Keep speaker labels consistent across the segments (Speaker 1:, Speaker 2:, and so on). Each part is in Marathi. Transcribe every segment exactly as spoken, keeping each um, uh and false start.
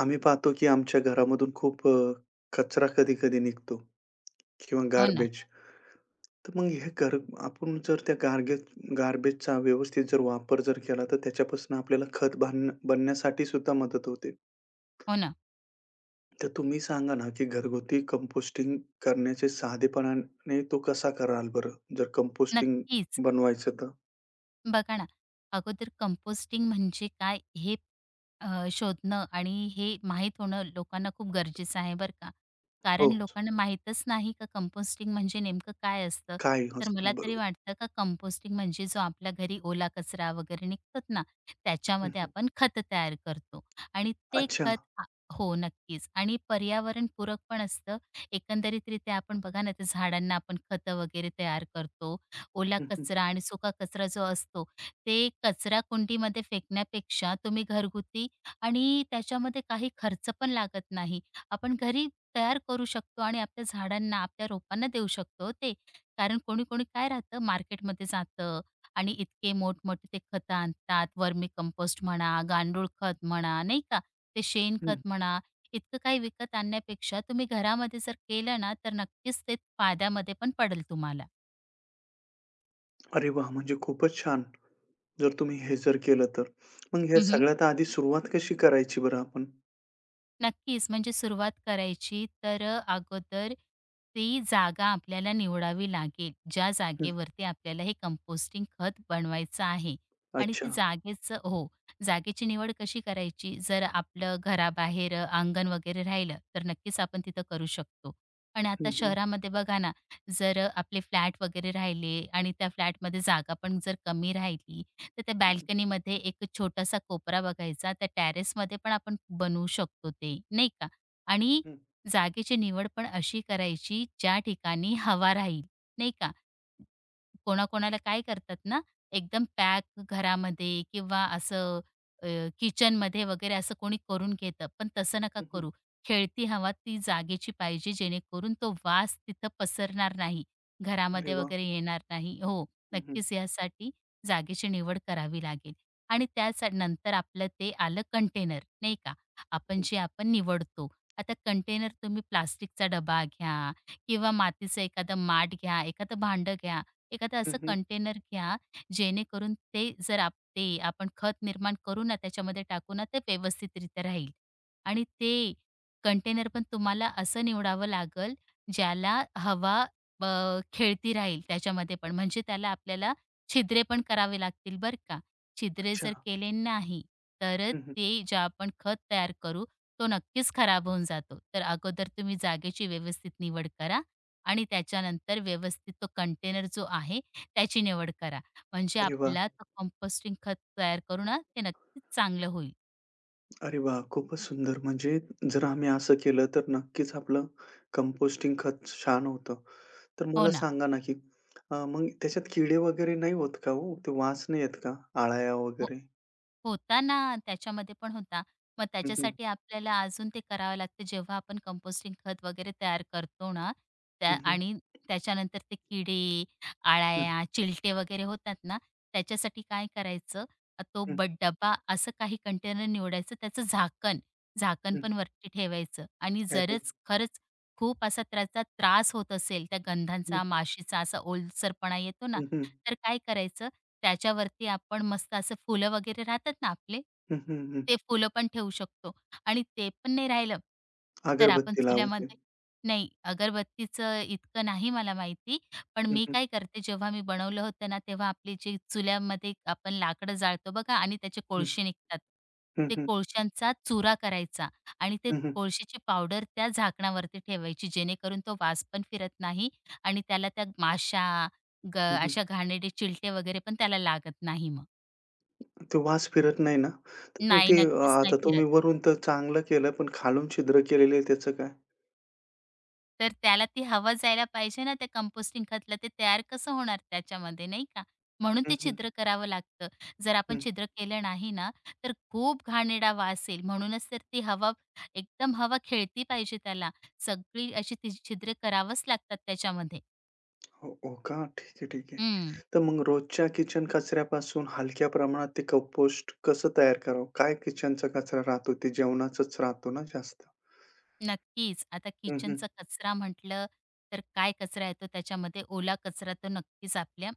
Speaker 1: आम्ही पाहतो, की आमच्या घरामधून खूप अ, कचरा कधी-कधी निघतो किंवा
Speaker 2: हो ना,
Speaker 1: गार्बेज. तर मग हे घर आपण जर त्या गार्गेज गार्बेजचा व्यवस्थित जर वापर जर केला, तर त्याच्यापासून आपल्याला खत बांध बनण्यासाठी सुद्धा मदत होते.
Speaker 2: हो ना.
Speaker 1: तर तुम्ही सांगा ना, की घरगुती कंपोस्टिंग करण्याचे साधेपणाने तो कसा कराल बरं? जर कंपोस्टिंग
Speaker 2: नक्कीच.
Speaker 1: बनवायचं तर?
Speaker 2: बघा ना, अगोदर कंपोस्टिंग म्हणजे काय हे अ, शोधणं आणि हे माहीत होणं लोकांना खूप गरजेचं आहे बरं का. कारण
Speaker 1: हो.
Speaker 2: लोकांना माहीतच नाही का कंपोस्टिंग म्हणजे नेमकं काय असतं.
Speaker 1: काय
Speaker 2: तर मला
Speaker 1: असतं
Speaker 2: तरी
Speaker 1: बरोबर.
Speaker 2: वाटतं का कंपोस्टिंग म्हणजे जो आपल्या घरी ओला कचरा वगैरे निघतात ना,
Speaker 1: हं,
Speaker 2: त्याच्यामध्ये
Speaker 1: हं.
Speaker 2: आपण खत तयार करतो आणि ते
Speaker 1: अच्छा.
Speaker 2: खत आ हो, नक्कीच आणि पर्यावरणपूरक पण असतं. एकंदरीतरीत्या आपण बघा ना, त्या झाडांना आपण खतं वगैरे तयार करतो. ओला
Speaker 1: हं, हं.
Speaker 2: कचरा आणि सुका कचरा जो असतो, ते कचराकुंडीमध्ये फेकण्यापेक्षा तुम्ही घरगुती आणि त्याच्यामध्ये काही खर्च पण लागत नाही. आपण घरी तयार करू शकतो आणि आपल्या झाडांना, आपल्या रोपांना देऊ शकतो हो ते. कारण कोणी-कोणी काय राहतं मार्केटमध्ये जातं आणि इतके मोठमोठे ते खतं आणतात. वर्मी कंपोस्ट म्हणा, गांडूळ खत म्हणा, नाही का? ते
Speaker 1: हं.
Speaker 2: शेणखत म्हणा. इतकं काही विकत आणण्यापेक्षा तुम्ही घरामध्ये जर केलं ना, तर नक्कीच ते फायद्यामध्ये पण पडेल तुम्हाला.
Speaker 1: अरे वाह! म्हणजे खूपच छान. जर तुम्ही हे जर केलं तर. मग ह्या
Speaker 2: हं,
Speaker 1: सगळ्यात आधी सुरुवात कशी करायची बरं आपण?
Speaker 2: नक्कीच. म्हणजे सुरुवात करायची तर अ, अगोदर ती जागा आपल्याला निवडावी लागेल. ज्या
Speaker 1: हं,
Speaker 2: जागेवरती आपल्याला हे कंपोस्टिंग खत बनवायचं आहे आणि ती
Speaker 1: अच्छा.
Speaker 2: जागेचं हो, जागेची निवड कशी करायची? जर आपलं घराबाहेर अ, अंगण वगैरे राहिलं, तर नक्कीच आपण तिथं करू शकतो. पण
Speaker 1: हं,
Speaker 2: आता
Speaker 1: हं,
Speaker 2: शहरामध्ये बघा ना, जर आपले फ्लॅट वगैरे राहिले आणि त्या फ्लॅटमध्ये जागा पण जर कमी राहिली तर त्या
Speaker 1: हं,
Speaker 2: बाल्कनीमध्ये एक छोटासा कोपरा बघायचा. त्या टेरेसमध्ये पण आपण बनवू शकतो ते, नाही का? आणि
Speaker 1: हं,
Speaker 2: जागेची निवड पण अशी करायची ज्या ठिकाणी हवा राहील, नाही का? कोणाकोणाला काय करतात ना, एकदम पॅक घरामध्ये किंवा असं अ, किचनमध्ये वगैरे असं कोणी करून घेतं. पण तसं नका
Speaker 1: हं, हं.
Speaker 2: करू. खेळती हवा ती जागेची पाहिजे जेणेकरून तो वास तिथं पसरणार नाही.
Speaker 1: अरे
Speaker 2: घरामध्ये
Speaker 1: वाह!
Speaker 2: वगैरे येणार नाही. हो,
Speaker 1: हं, हं,
Speaker 2: नक्कीच यासाठी जागेची निवड करावी लागेल. आणि त्याच नंतर आपलं ते आलं कंटेनर, नाही का? आपण
Speaker 1: हं,
Speaker 2: जे आपण निवडतो. आता कंटेनर तुम्ही प्लास्टिकचा डबा घ्या किंवा मातीचं एखादं माठ घ्या, एखादं भांडं घ्या. एखादं
Speaker 1: हं,
Speaker 2: असं
Speaker 1: हं.
Speaker 2: कंटेनर घ्या, जेणेकरून ते जर आप ते आपण खत निर्माण करू ना, त्याच्यामध्ये टाकू ना, ते व्यवस्थितरित्या राहील. आणि ते कंटेनर पण तुम्हाला असं निवडावं लागेल, ज्याला हवा अ, खेळती राहील त्याच्यामध्ये पण. म्हणजे त्याला आपल्याला छिद्रे पण करावे लागतील बरं का. छिद्रे
Speaker 1: अच्छा.
Speaker 2: जर केले नाही, तर
Speaker 1: हं, हं.
Speaker 2: ते जे आपण खत तयार करू, तो नक्कीच खराब होऊन जातो. तर अगोदर तुम्ही जागेची व्यवस्थित निवड करा आणि त्याच्यानंतर व्यवस्थित तो कंटेनर जो आहे त्याची निवड करा. म्हणजे
Speaker 1: अरे वाह!
Speaker 2: आपला तो कंपोस्टिंग खत तयार करू ना, ते नक्कीच चांगलं होईल.
Speaker 1: अरे वाह! खूपच सुंदर. म्हणजे जर आम्ही असं केलं तर नक्कीच आपलं कंपोस्टिंग खत छान होतं. तर
Speaker 2: हो
Speaker 1: मला
Speaker 2: ना?
Speaker 1: सांगा ना, की अ, मग त्याच्यात किडे वगैरे नाही होत का हो? ते वास नाही येत का? अळ्या वगैरे?
Speaker 2: होता ना, त्याच्यामध्ये पण होता. मग
Speaker 1: हं, हं,
Speaker 2: त्याच्यासाठी आपल्याला अजून ते करावं लागतं जेव्हा आपण कंपोस्टिंग खत वगैरे तयार करतो ना, त्या
Speaker 1: हं, हं,
Speaker 2: आणि त्याच्यानंतर ते किडे,
Speaker 1: हं,
Speaker 2: अळ्या, चिलटे वगैरे होतात ना, त्याच्यासाठी काय करायचं, अ, तो
Speaker 1: हं,
Speaker 2: ब डब्बा असं काही कंटेनर निवडायचं, त्याचं झाकण, झाकण
Speaker 1: हं.
Speaker 2: पण वरती ठेवायचं आणि
Speaker 1: अरे!
Speaker 2: जरच खरंच खूप असा त्याचा त्रास होत असेल, त्या
Speaker 1: हं,
Speaker 2: गंधांचा, माशीचा असा ओलसरपणा येतो ना,
Speaker 1: हं, हं,
Speaker 2: तर काय करायचं, त्याच्यावरती आपण मस्त असं फुलं वगैरे राहतात ना आपले,
Speaker 1: हं, हं, हं.
Speaker 2: ते फुलं पण ठेवू शकतो आणि ते पण नाही राहिलं, तर आपण
Speaker 1: अगरबत्ती लावायची.
Speaker 2: चुल्यामध्ये नाही, अगरबत्तीचं इतकं नाही मला माहिती, पण
Speaker 1: हं,
Speaker 2: मी
Speaker 1: हं,
Speaker 2: काय करते जेव्हा मी बनवलं होतं ना, तेव्हा आपली जी चुल्यामध्ये आपण लाकडं जाळतो बघा आणि त्याचे
Speaker 1: हं,
Speaker 2: कोळसे निघतात.
Speaker 1: हं,
Speaker 2: ते
Speaker 1: हं,
Speaker 2: कोळशांचा चुरा करायचा आणि ते
Speaker 1: हं, हं,
Speaker 2: कोळशाची पावडर त्या झाकणावरती ठेवायची, जेणेकरून तो वास पण फिरत नाही आणि त्याला त्या माशा ग
Speaker 1: हं, हं.
Speaker 2: अशा घाणेरडे चिलटे वगैरे पण त्याला लागत नाही मग.
Speaker 1: तो वास फिरत नाही ना? तर मग
Speaker 2: नाही,
Speaker 1: ते अ,
Speaker 2: नक्कीच नाही
Speaker 1: आता तुम्ही
Speaker 2: फिरत.
Speaker 1: वरून तर चांगलं केलं, पण खालून छिद्र केलेलं आहे त्याचं काय?
Speaker 2: तर त्याला ती हवा जायला पाहिजे ना त्या कंपोस्टिंग खतला. ते तयार कसं होणार त्याच्यामध्ये नाही का? म्हणून
Speaker 1: हं,
Speaker 2: ते
Speaker 1: हं,
Speaker 2: छिद्र करावं लागतं. जर आपण
Speaker 1: हं.
Speaker 2: छिद्र केलं नाही ना, तर खूप घाणेरडा वास येईल. म्हणूनच तर ती हवा एकदम हवा खेळती पाहिजे त्याला. सगळी अशी ती छिद्रे करावंच लागतात त्याच्यामध्ये.
Speaker 1: हो, हो का? ठीक आहे, ठीक आहे.
Speaker 2: हं,
Speaker 1: तर मग रोजच्या किचन कचऱ्यापासून हलक्या प्रमाणात ते कंपोस्ट कसं तयार करावं? काय किचनचा कचरा राहतो? ते जेवणाचाच राहतो ना जास्त.
Speaker 2: नक्कीच. आता
Speaker 1: हं, हं,
Speaker 2: किचनचा कचरा म्हटलं, तर काय कचरा येतो त्याच्यामध्ये? ओला कचरा तर नक्कीच आपल्या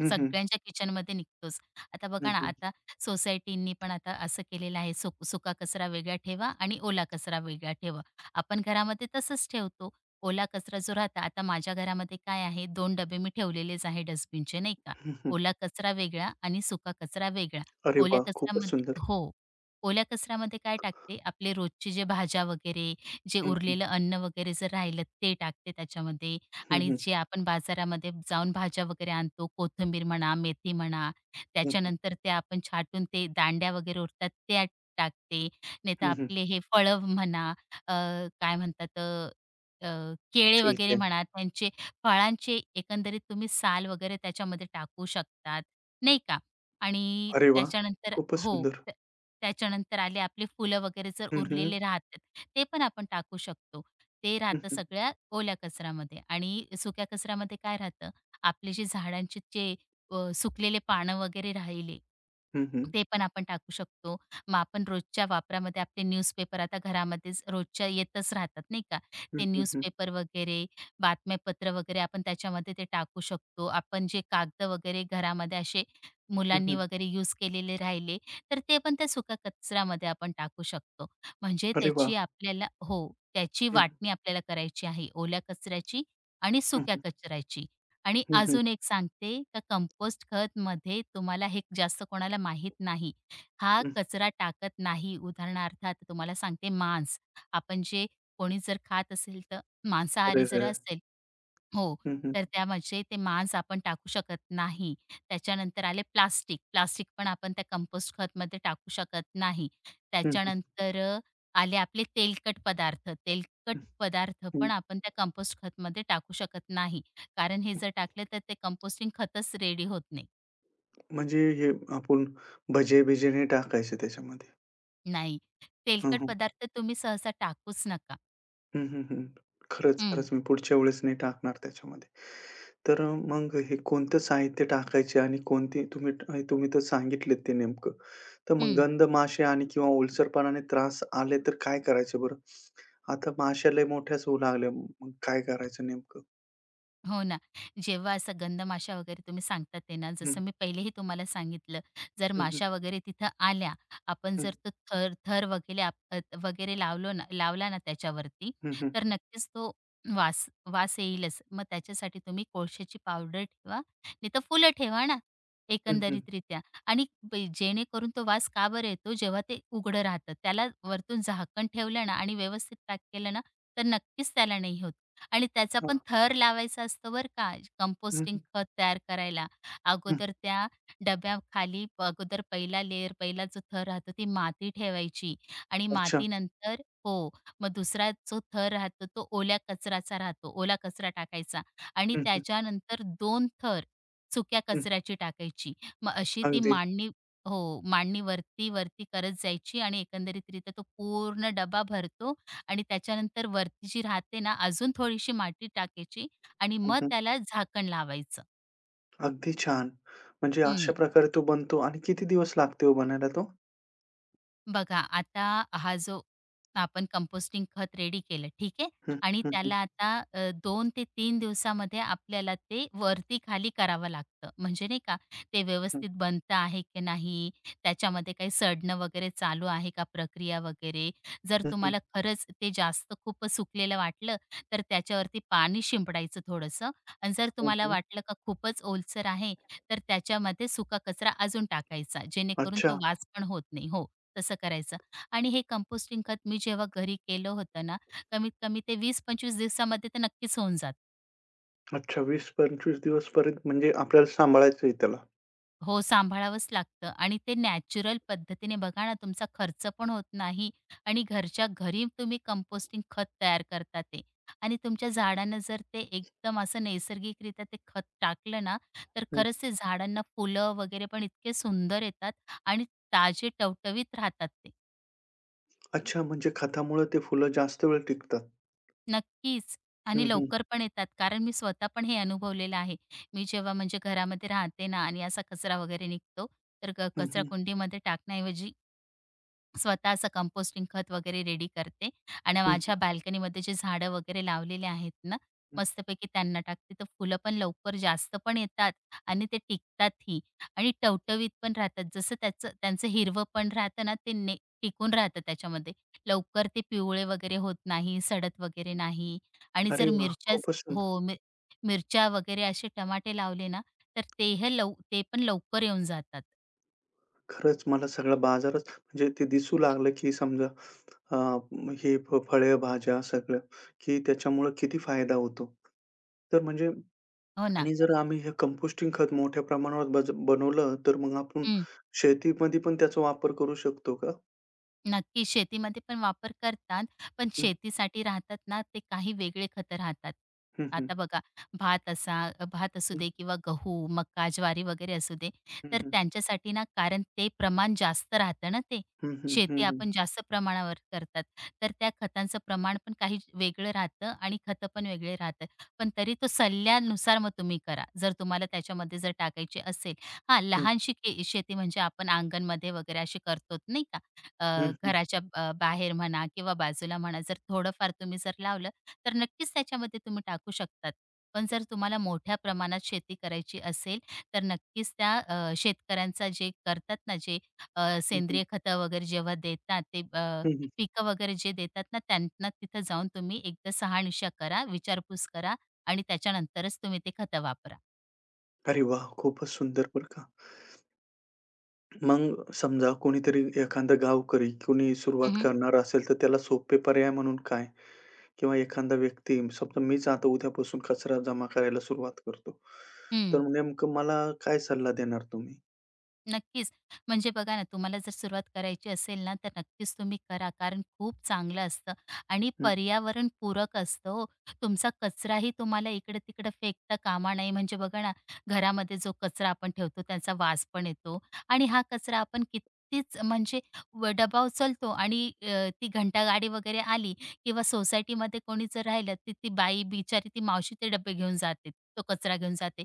Speaker 1: हं, हं,
Speaker 2: सगळ्यांच्या किचनमध्ये निघतोच. आता
Speaker 1: हं,
Speaker 2: बघा ना,
Speaker 1: हं,
Speaker 2: आता सोसायटींनी पण आता असं केलेलं आहे, सुक सुका कचरा वेगळा ठेवा आणि ओला कचरा वेगळा ठेवा. आपण घरामध्ये तसंच ठेवतो. ओला कचरा जो राहता आता माझ्या घरामध्ये काय आहे, दोन डबे मी ठेवलेलेच आहे डस्टबिनचे नाही का.
Speaker 1: हं, हं.
Speaker 2: ओला कचरा वेगळा आणि सुका कचरा वेगळा.
Speaker 1: अरे
Speaker 2: ओल्या
Speaker 1: वाह! खूपच
Speaker 2: कचऱ्यामध्ये
Speaker 1: सुंदर.
Speaker 2: हो. ओल्या कचऱ्यामध्ये काय टाकते, आपले रोजचे जे भाज्या वगैरे, जे
Speaker 1: हं, हं,
Speaker 2: उरलेलं अन्न वगैरे जर राहिलं ते टाकते त्याच्यामध्ये.
Speaker 1: हं,
Speaker 2: आणि
Speaker 1: हं,
Speaker 2: जे आपण बाजारामध्ये जाऊन भाज्या वगैरे आणतो, कोथिंबीर म्हणा, मेथी म्हणा,
Speaker 1: हं, हं,
Speaker 2: त्याच्यानंतर ते आपण छाटून ते दांड्या वगैरे उरतात त्या टाकते. नाहीतर
Speaker 1: हं, हं.
Speaker 2: आपले हे फळं म्हणा, अ, काय म्हणतात अ, अ, केळे
Speaker 1: ठीक
Speaker 2: वगैरे
Speaker 1: आहे.
Speaker 2: म्हणा, त्यांचे फळांचे एकंदरीत तुम्ही साल वगैरे त्याच्यामध्ये टाकू शकतात, नाही का? आणि
Speaker 1: अरे वाह!
Speaker 2: त्याच्यानंतर
Speaker 1: खूपच
Speaker 2: हो,
Speaker 1: सुंदर.
Speaker 2: त्या त्याच्यानंतर आले आपले फुलं वगैरे जर
Speaker 1: हं, हं.
Speaker 2: उरलेले राहतात, ते पण आपण टाकू शकतो. ते
Speaker 1: हं,
Speaker 2: राहतं
Speaker 1: हं.
Speaker 2: सगळ्या ओल्या कचऱ्यामध्ये आणि सुक्या कचऱ्यामध्ये काय राहतं आपले जे झाडांचे जे अ, सुकलेले पानं वगैरे राहिले
Speaker 1: हं, हं.
Speaker 2: ते पण आपण टाकू शकतो. मग आपण रोजच्या वापरामध्ये आपले न्यूजपेपर आता घरामध्येच रोजच्या येतच राहतात नाही का.
Speaker 1: हं,
Speaker 2: ते
Speaker 1: हं, हं.
Speaker 2: न्यूजपेपर वगैरे, बातमीपत्र वगैरे आपण त्याच्यामध्ये ते टाकू शकतो. आपण जे कागद वगैरे घरामध्ये असे
Speaker 1: हं,
Speaker 2: मुलांनी
Speaker 1: हं.
Speaker 2: वगैरे यूज केलेले राहिले, तर ते पण त्या सुका कचऱ्यामध्ये आपण टाकू शकतो. म्हणजे
Speaker 1: अरे वाह!
Speaker 2: त्याची आपल्याला हो, त्याची
Speaker 1: हं, हं.
Speaker 2: वाटणी आपल्याला करायची आहे. ओल्या कचऱ्याची आणि
Speaker 1: हं,
Speaker 2: सुक्या
Speaker 1: हं.
Speaker 2: कचऱ्याची. आणि
Speaker 1: हं, हं.
Speaker 2: अजून एक सांगते, का कंपोस्ट खत खतमध्ये तुम्हाला हे जास्त कोणाला माहीत नाही. हा कचरा टाकत नाही. उदाहरणार्थ आता तुम्हाला सांगते मांस. आपण जे कोणी जर खात असेल तर
Speaker 1: अरे
Speaker 2: मांसाहारी जर
Speaker 1: रे!
Speaker 2: असेल, हो.
Speaker 1: हं, हं.
Speaker 2: तर त्यामध्ये ते मांस आपण टाकू शकत नाही. त्याच्यानंतर आले प्लास्टिक. प्लास्टिक पण आपण त्या कंपोस्ट खतमध्ये टाकू शकत नाही.
Speaker 1: हं, हं.
Speaker 2: त्याच्यानंतर अ, आले आपले तेलकट पदार्थ.
Speaker 1: हं,
Speaker 2: तेलकट पदार्थ
Speaker 1: हं.
Speaker 2: पण आपण त्या कंपोस्ट खतमध्ये टाकू शकत नाही. कारण हे जर टाकले तर ते कंपोस्टिंग खतच रेडी होत नाही.
Speaker 1: म्हणजे हे आपण भजे-बिजे नाही टाकायचे त्याच्यामध्ये.
Speaker 2: नाही.
Speaker 1: हं,
Speaker 2: तेलकट
Speaker 1: हं.
Speaker 2: पदार्थ तुम्ही सहसा टाकूच नका.
Speaker 1: हं, हं, हं. खरंच,
Speaker 2: हं,
Speaker 1: खरंच मी पुढच्या वेळेस नाही टाकणार त्याच्यामध्ये. तर अ, मग हे कोणतं साहित्य टाकायचे आणि कोणते तुम्ही अ, तुम्ही तर सांगितलेत ते नेमकं. तर मग
Speaker 2: हं.
Speaker 1: गंध, माशे आणि किंवा ओलसरपणाने त्रास आले तर काय करायचं बरं? आता माश्या लय मोठ्याच होऊ लागल्या. मग काय करायचं नेमकं?
Speaker 2: हो ना. जेव्हा असं गंध माशा वगैरे तुम्ही सांगतात ते ना,
Speaker 1: हं,
Speaker 2: जसं मी पहिलेही तुम्हाला सांगितलं, जर
Speaker 1: हं, हं,
Speaker 2: माशा वगैरे तिथं आल्या, आपण
Speaker 1: हं,
Speaker 2: जर तो थर थर वगैरे आप अ, वगैरे लावलो ना लावला ना त्याच्यावरती,
Speaker 1: हं, हं,
Speaker 2: तर नक्कीच तो वास वास येईलच. मग त्याच्यासाठी तुम्ही कोळशाची पावडर ठेवा, नाही तर फुलं ठेवा ना,
Speaker 1: हं, हं.
Speaker 2: एकंदरीतरित्या. आणि ब जेणेकरून तो वास का बरं येतो, जेव्हा ते उघडं राहतं, त्याला वरतून झाकण ठेवलं ना आणि व्यवस्थित पॅक केलं ना, तर नक्कीच त्याला नाही होत. आणि त्याचा
Speaker 1: हां.
Speaker 2: पण थर लावायचा असतो बरं का,
Speaker 1: हं,
Speaker 2: कंपोस्टिंग
Speaker 1: हं,
Speaker 2: खत तयार करायला.
Speaker 1: हं.
Speaker 2: अगोदर त्या डब्याखाली प- अगोदर पहिला लेयर, पहिला जो थर राहतो ती माती ठेवायची आणि
Speaker 1: अच्छा.
Speaker 2: मातीनंतर हो, मग दुसरा जो थर राहतो तो ओल्या कचराचा राहतो, ओला कचरा टाकायचा आणि
Speaker 1: हं, हं,
Speaker 2: त्याच्यानंतर दोन थर सुक्या
Speaker 1: हं.
Speaker 2: कचऱ्याची टाकायची. मग अशी ती
Speaker 1: अगदी.
Speaker 2: मांडणी हो, मांडणी वरती-वरती करत जायची आणि एकंदरीतरित्या तो पूर्ण डबा भरतो आणि त्याच्यानंतर वरती जी राहते ना, अजून थोडीशी माती टाकायची आणि
Speaker 1: हं,
Speaker 2: मग
Speaker 1: हं.
Speaker 2: त्याला झाकण लावायचं.
Speaker 1: अगदी छान. म्हणजे अशा
Speaker 2: हं.
Speaker 1: प्रकारे तो बनतो आणि किती दिवस लागते हो बनायला तो?
Speaker 2: बघा आता हा जो आपण कंपोस्टिंग खत रेडी केलं ठीक आहे
Speaker 1: हं,
Speaker 2: आणि
Speaker 1: हं, हं,
Speaker 2: त्याला आता अ, दोन ते तीन दिवसामध्ये आपल्याला ते वरती खाली करावं लागतं. म्हणजे नाही का ते
Speaker 1: हं.
Speaker 2: व्यवस्थित बनतं आहे की नाही, त्याच्यामध्ये काही सडणं वगैरे चालू आहे का प्रक्रिया वगैरे. जर
Speaker 1: हं, हं.
Speaker 2: तुम्हाला खरंच ते जास्त खूपच सुकलेलं वाटलं तर त्याच्यावरती पाणी शिंपडायचं थोडंसं आणि जर
Speaker 1: हं,
Speaker 2: तुम्हाला
Speaker 1: हं.
Speaker 2: वाटलं का खूपच ओलसर आहे तर त्याच्यामध्ये सुका कचरा अजून टाकायचा जेणेकरून
Speaker 1: अच्छा,
Speaker 2: तो वास पण होत नाही. हो. तसं करायचं. आणि हे कंपोस्टिंग खत मी जेव्हा घरी केलं होतं ना, कमीत कमी ते वीस ते पंचवीस दिवसामध्ये ते नक्कीच होऊन जातं.
Speaker 1: अच्छा वीस ते पंचवीस दिवसपर्यंत म्हणजे आपल्याला सांभाळायचं आहे त्याला.
Speaker 2: हो, सांभाळावंच लागतं आणि ते नॅचरल पद्धतीने बघा ना, तुमचा खर्च पण होत नाही आणि घरच्या घरी तुम्ही कंपोस्टिंग खत तयार करता ते. आणि तुमच्या झाडांना जर ते एकदम असं नैसर्गिकरित्या ते खत टाकलं ना, तर
Speaker 1: हं.
Speaker 2: खरंच ते झाडांना फुलं वगैरे पण इतके सुंदर येतात आणि ताजे टवटवीत राहतात ते.
Speaker 1: अच्छा म्हणजे खतामुळे ते फुलं जास्त वेळ टिकतात.
Speaker 2: नक्कीच. आणि
Speaker 1: हं, हं.
Speaker 2: लवकर पण येतात. कारण मी स्वतः पण हे अनुभवलेलं आहे. मी जेव्हा म्हणजे घरामध्ये राहते ना आणि असा कचरा वगैरे निघतो, तर क
Speaker 1: हं, हं.
Speaker 2: कचराकुंडीमध्ये टाकण्याऐवजी स्वतः असं कंपोस्टिंग खत वगैरे रेडी करते आणि
Speaker 1: हं, हं,
Speaker 2: माझ्या बाल्कनीमध्ये जे झाडं वगैरे लावलेले आहेत ना,
Speaker 1: हं.
Speaker 2: मस्तपैकी त्यांना टाकते. तर फुलं पण लवकर जास्त पण येतात आणि ते टिकतातही आणि टवटवीत पण राहतात. जसं त्याचं त्यांचं हिरवं पण राहतं ना, ते ने टिकून राहतं त्याच्यामध्ये. लवकर ते पिवळे वगैरे होत नाही, सडत वगैरे नाही आणि
Speaker 1: अरे
Speaker 2: जर
Speaker 1: वाह!
Speaker 2: मिरच्याच
Speaker 1: खूपच सुंदर.
Speaker 2: हो, मि मिरच्या वगैरे असे टमाटे लावले ना, तर ते हे लव ते पण लवकर येऊन जातात.
Speaker 1: खरंच मला सगळा बाजारच म्हणजे ते दिसू लागलं, की समजा अ, हे फ फळे, भाज्या सगळं, की त्याच्यामुळे किती फायदा होतो. तर म्हणजे
Speaker 2: हो ना.
Speaker 1: आणि जर आम्ही हे कंपोस्टिंग खत मोठ्या प्रमाणावर बज बनवलं, तर मग आपण शेतीमध्ये पण त्याचा वापर करू शकतो का?
Speaker 2: नक्की शेतीमध्ये पण वापर करतात, पण
Speaker 1: हं.
Speaker 2: शेतीसाठी राहतात ना, ते काही वेगळे खत राहतात.
Speaker 1: हं, हं.
Speaker 2: आता बघा भात असा भात असू दे किंवा गहू, मका, ज्वारी वगैरे असू दे,
Speaker 1: हं,
Speaker 2: तर
Speaker 1: हं.
Speaker 2: त्यांच्यासाठी ना कारण ते प्रमाण जास्त राहतं ना ते.
Speaker 1: हं, हं,
Speaker 2: शेती
Speaker 1: हं, हं.
Speaker 2: आपण जास्त प्रमाणावर करतात, तर त्या खतांचं प्रमाण पण काही वेगळं राहतं आणि खतं पण वेगळे राहतात. पण तरी तो सल्ल्यानुसार मग तुम्ही करा. जर तुम्हाला त्याच्यामध्ये जर टाकायची असेल. हां,
Speaker 1: हं,
Speaker 2: लहानशी के शेती म्हणजे आपण अंगणमध्ये वगैरे अशी करतो नाही अ,
Speaker 1: हं, हं,
Speaker 2: घराच्या अ, बाहेर म्हणा किंवा बाजूला म्हणा, जर थोडंफार तुम्ही जर लावलं, तर नक्कीच त्याच्यामध्ये तुम्ही टाकू शकतात. पण जर तुम्हाला मोठ्या प्रमाणात शेती करायची असेल, तर नक्कीच त्या अ, शेतकऱ्यांचा जे करतात ना, जे अ,
Speaker 1: हं, हं,
Speaker 2: सेंद्रिय खतं वगैरे जेव्हा देतात, ते अ,
Speaker 1: हं, हं.
Speaker 2: पिकं वगैरे जे देतात ना, त्यांना तिथं जाऊन तुम्ही एकदा शहानिशा करा, विचारपूस करा आणि त्याच्यानंतरच तुम्ही ते खतं वापरा.
Speaker 1: अरे वाह! खूपच सुंदर बरं का. मग समजा कोणीतरी एखादा गावकरी कोणी सुरुवात
Speaker 2: हं,
Speaker 1: करणार असेल, तर त्याला सोपे पर्याय म्हणून काय? किंवा एखादा व्यक्ती समजा मीच आता उद्यापासून कचरा जमा करायला सुरुवात करतो.
Speaker 2: हं.
Speaker 1: तर नेमकं मला काय सल्ला देणार तुम्ही?
Speaker 2: नक्कीच. म्हणजे बघा ना, तुम्हाला जर सुरुवात करायची असेल ना, तर नक्कीच तुम्ही करा. कारण खूप चांगलं असतं आणि
Speaker 1: हं,
Speaker 2: पर्यावरण पूरक असतं हो. तुमचा कचराही तुम्हाला इकडं-तिकडं फेकता कामा नये. म्हणजे बघा ना, घरामध्ये जो कचरा आपण ठेवतो त्याचा वास पण येतो आणि हा कचरा आपण कितीच म्हणजे व डबा उचलतो आणि अ, ती घंटागाडी वगैरे आली किंवा सोसायटीमध्ये कोणी जर राहिलं, तर ती बाई बिचारी ती मावशी ते डब्बे घेऊन जाते, तो कचरा घेऊन जाते.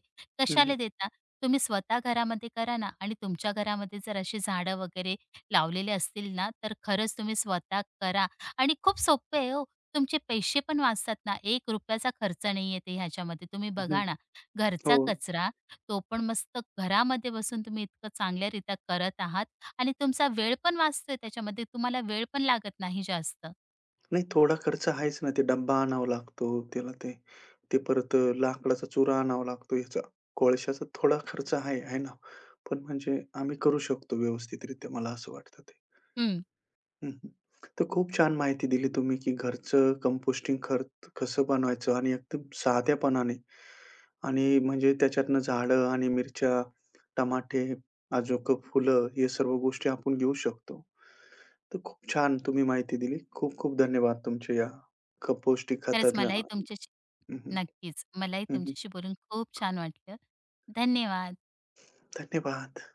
Speaker 1: हं,
Speaker 2: कशाला देता? तुम्ही स्वतः घरामध्ये करा ना आणि तुमच्या घरामध्ये जर अशी झाडं वगैरे लावलेले असतील ना, तर खरंच तुम्ही स्वतः करा आणि खूप सोपं आहे हो. तुमचे पैसे पण वाचतात ना, एक चा खर्च नाही येत आहे ह्याच्यामध्ये. तुम्ही
Speaker 1: हं, हं.
Speaker 2: बघा ना,
Speaker 1: हो.
Speaker 2: घरचा कचरा तो पण मस्त घरामध्ये बसून तुम्ही इतकं चांगल्यारीत्या करत आहात आणि तुमचा वेळ पण वाचतोय त्याच्यामध्ये. तुम्हाला वेळ पण लागत नाही जास्त.
Speaker 1: नाही थोडा खर्च आहेच ना. ते डब्बा आणावा लागतो. त्याला ते ते परत अ, लाकडाचा चुरा आणावा लागतो ह्याचा. कोळशाचा थोडा खर्च आहे, आहे ना. पण म्हणजे आम्ही करू शकतो व्यवस्थितरित्या मला असं वाटतं ते.
Speaker 2: हं,
Speaker 1: हं, हं. तर खूप छान माहिती दिली तुम्ही, की घरचं कंपोस्टिंग खत कसं बनवायचं आणि एकदम साध्यापणाने आणि म्हणजे त्याच्यातनं झाडं आणि मिरच्या, टमाटे, अजोक फुलं हे सर्व गोष्टी आपण घेऊ शकतो. तर खूप छान तुम्ही माहिती दिली. खूप खूप धन्यवाद तुमच्या या कंपोस्टिंग
Speaker 2: खरंच
Speaker 1: खतातल्या
Speaker 2: मलाही तुमच्याशी
Speaker 1: हं, हं.
Speaker 2: नक्कीच. मलाही
Speaker 1: हं, हं.
Speaker 2: तुमच्याशी बोलून खूप छान वाटलं. धन्यवाद.
Speaker 1: धन्यवाद.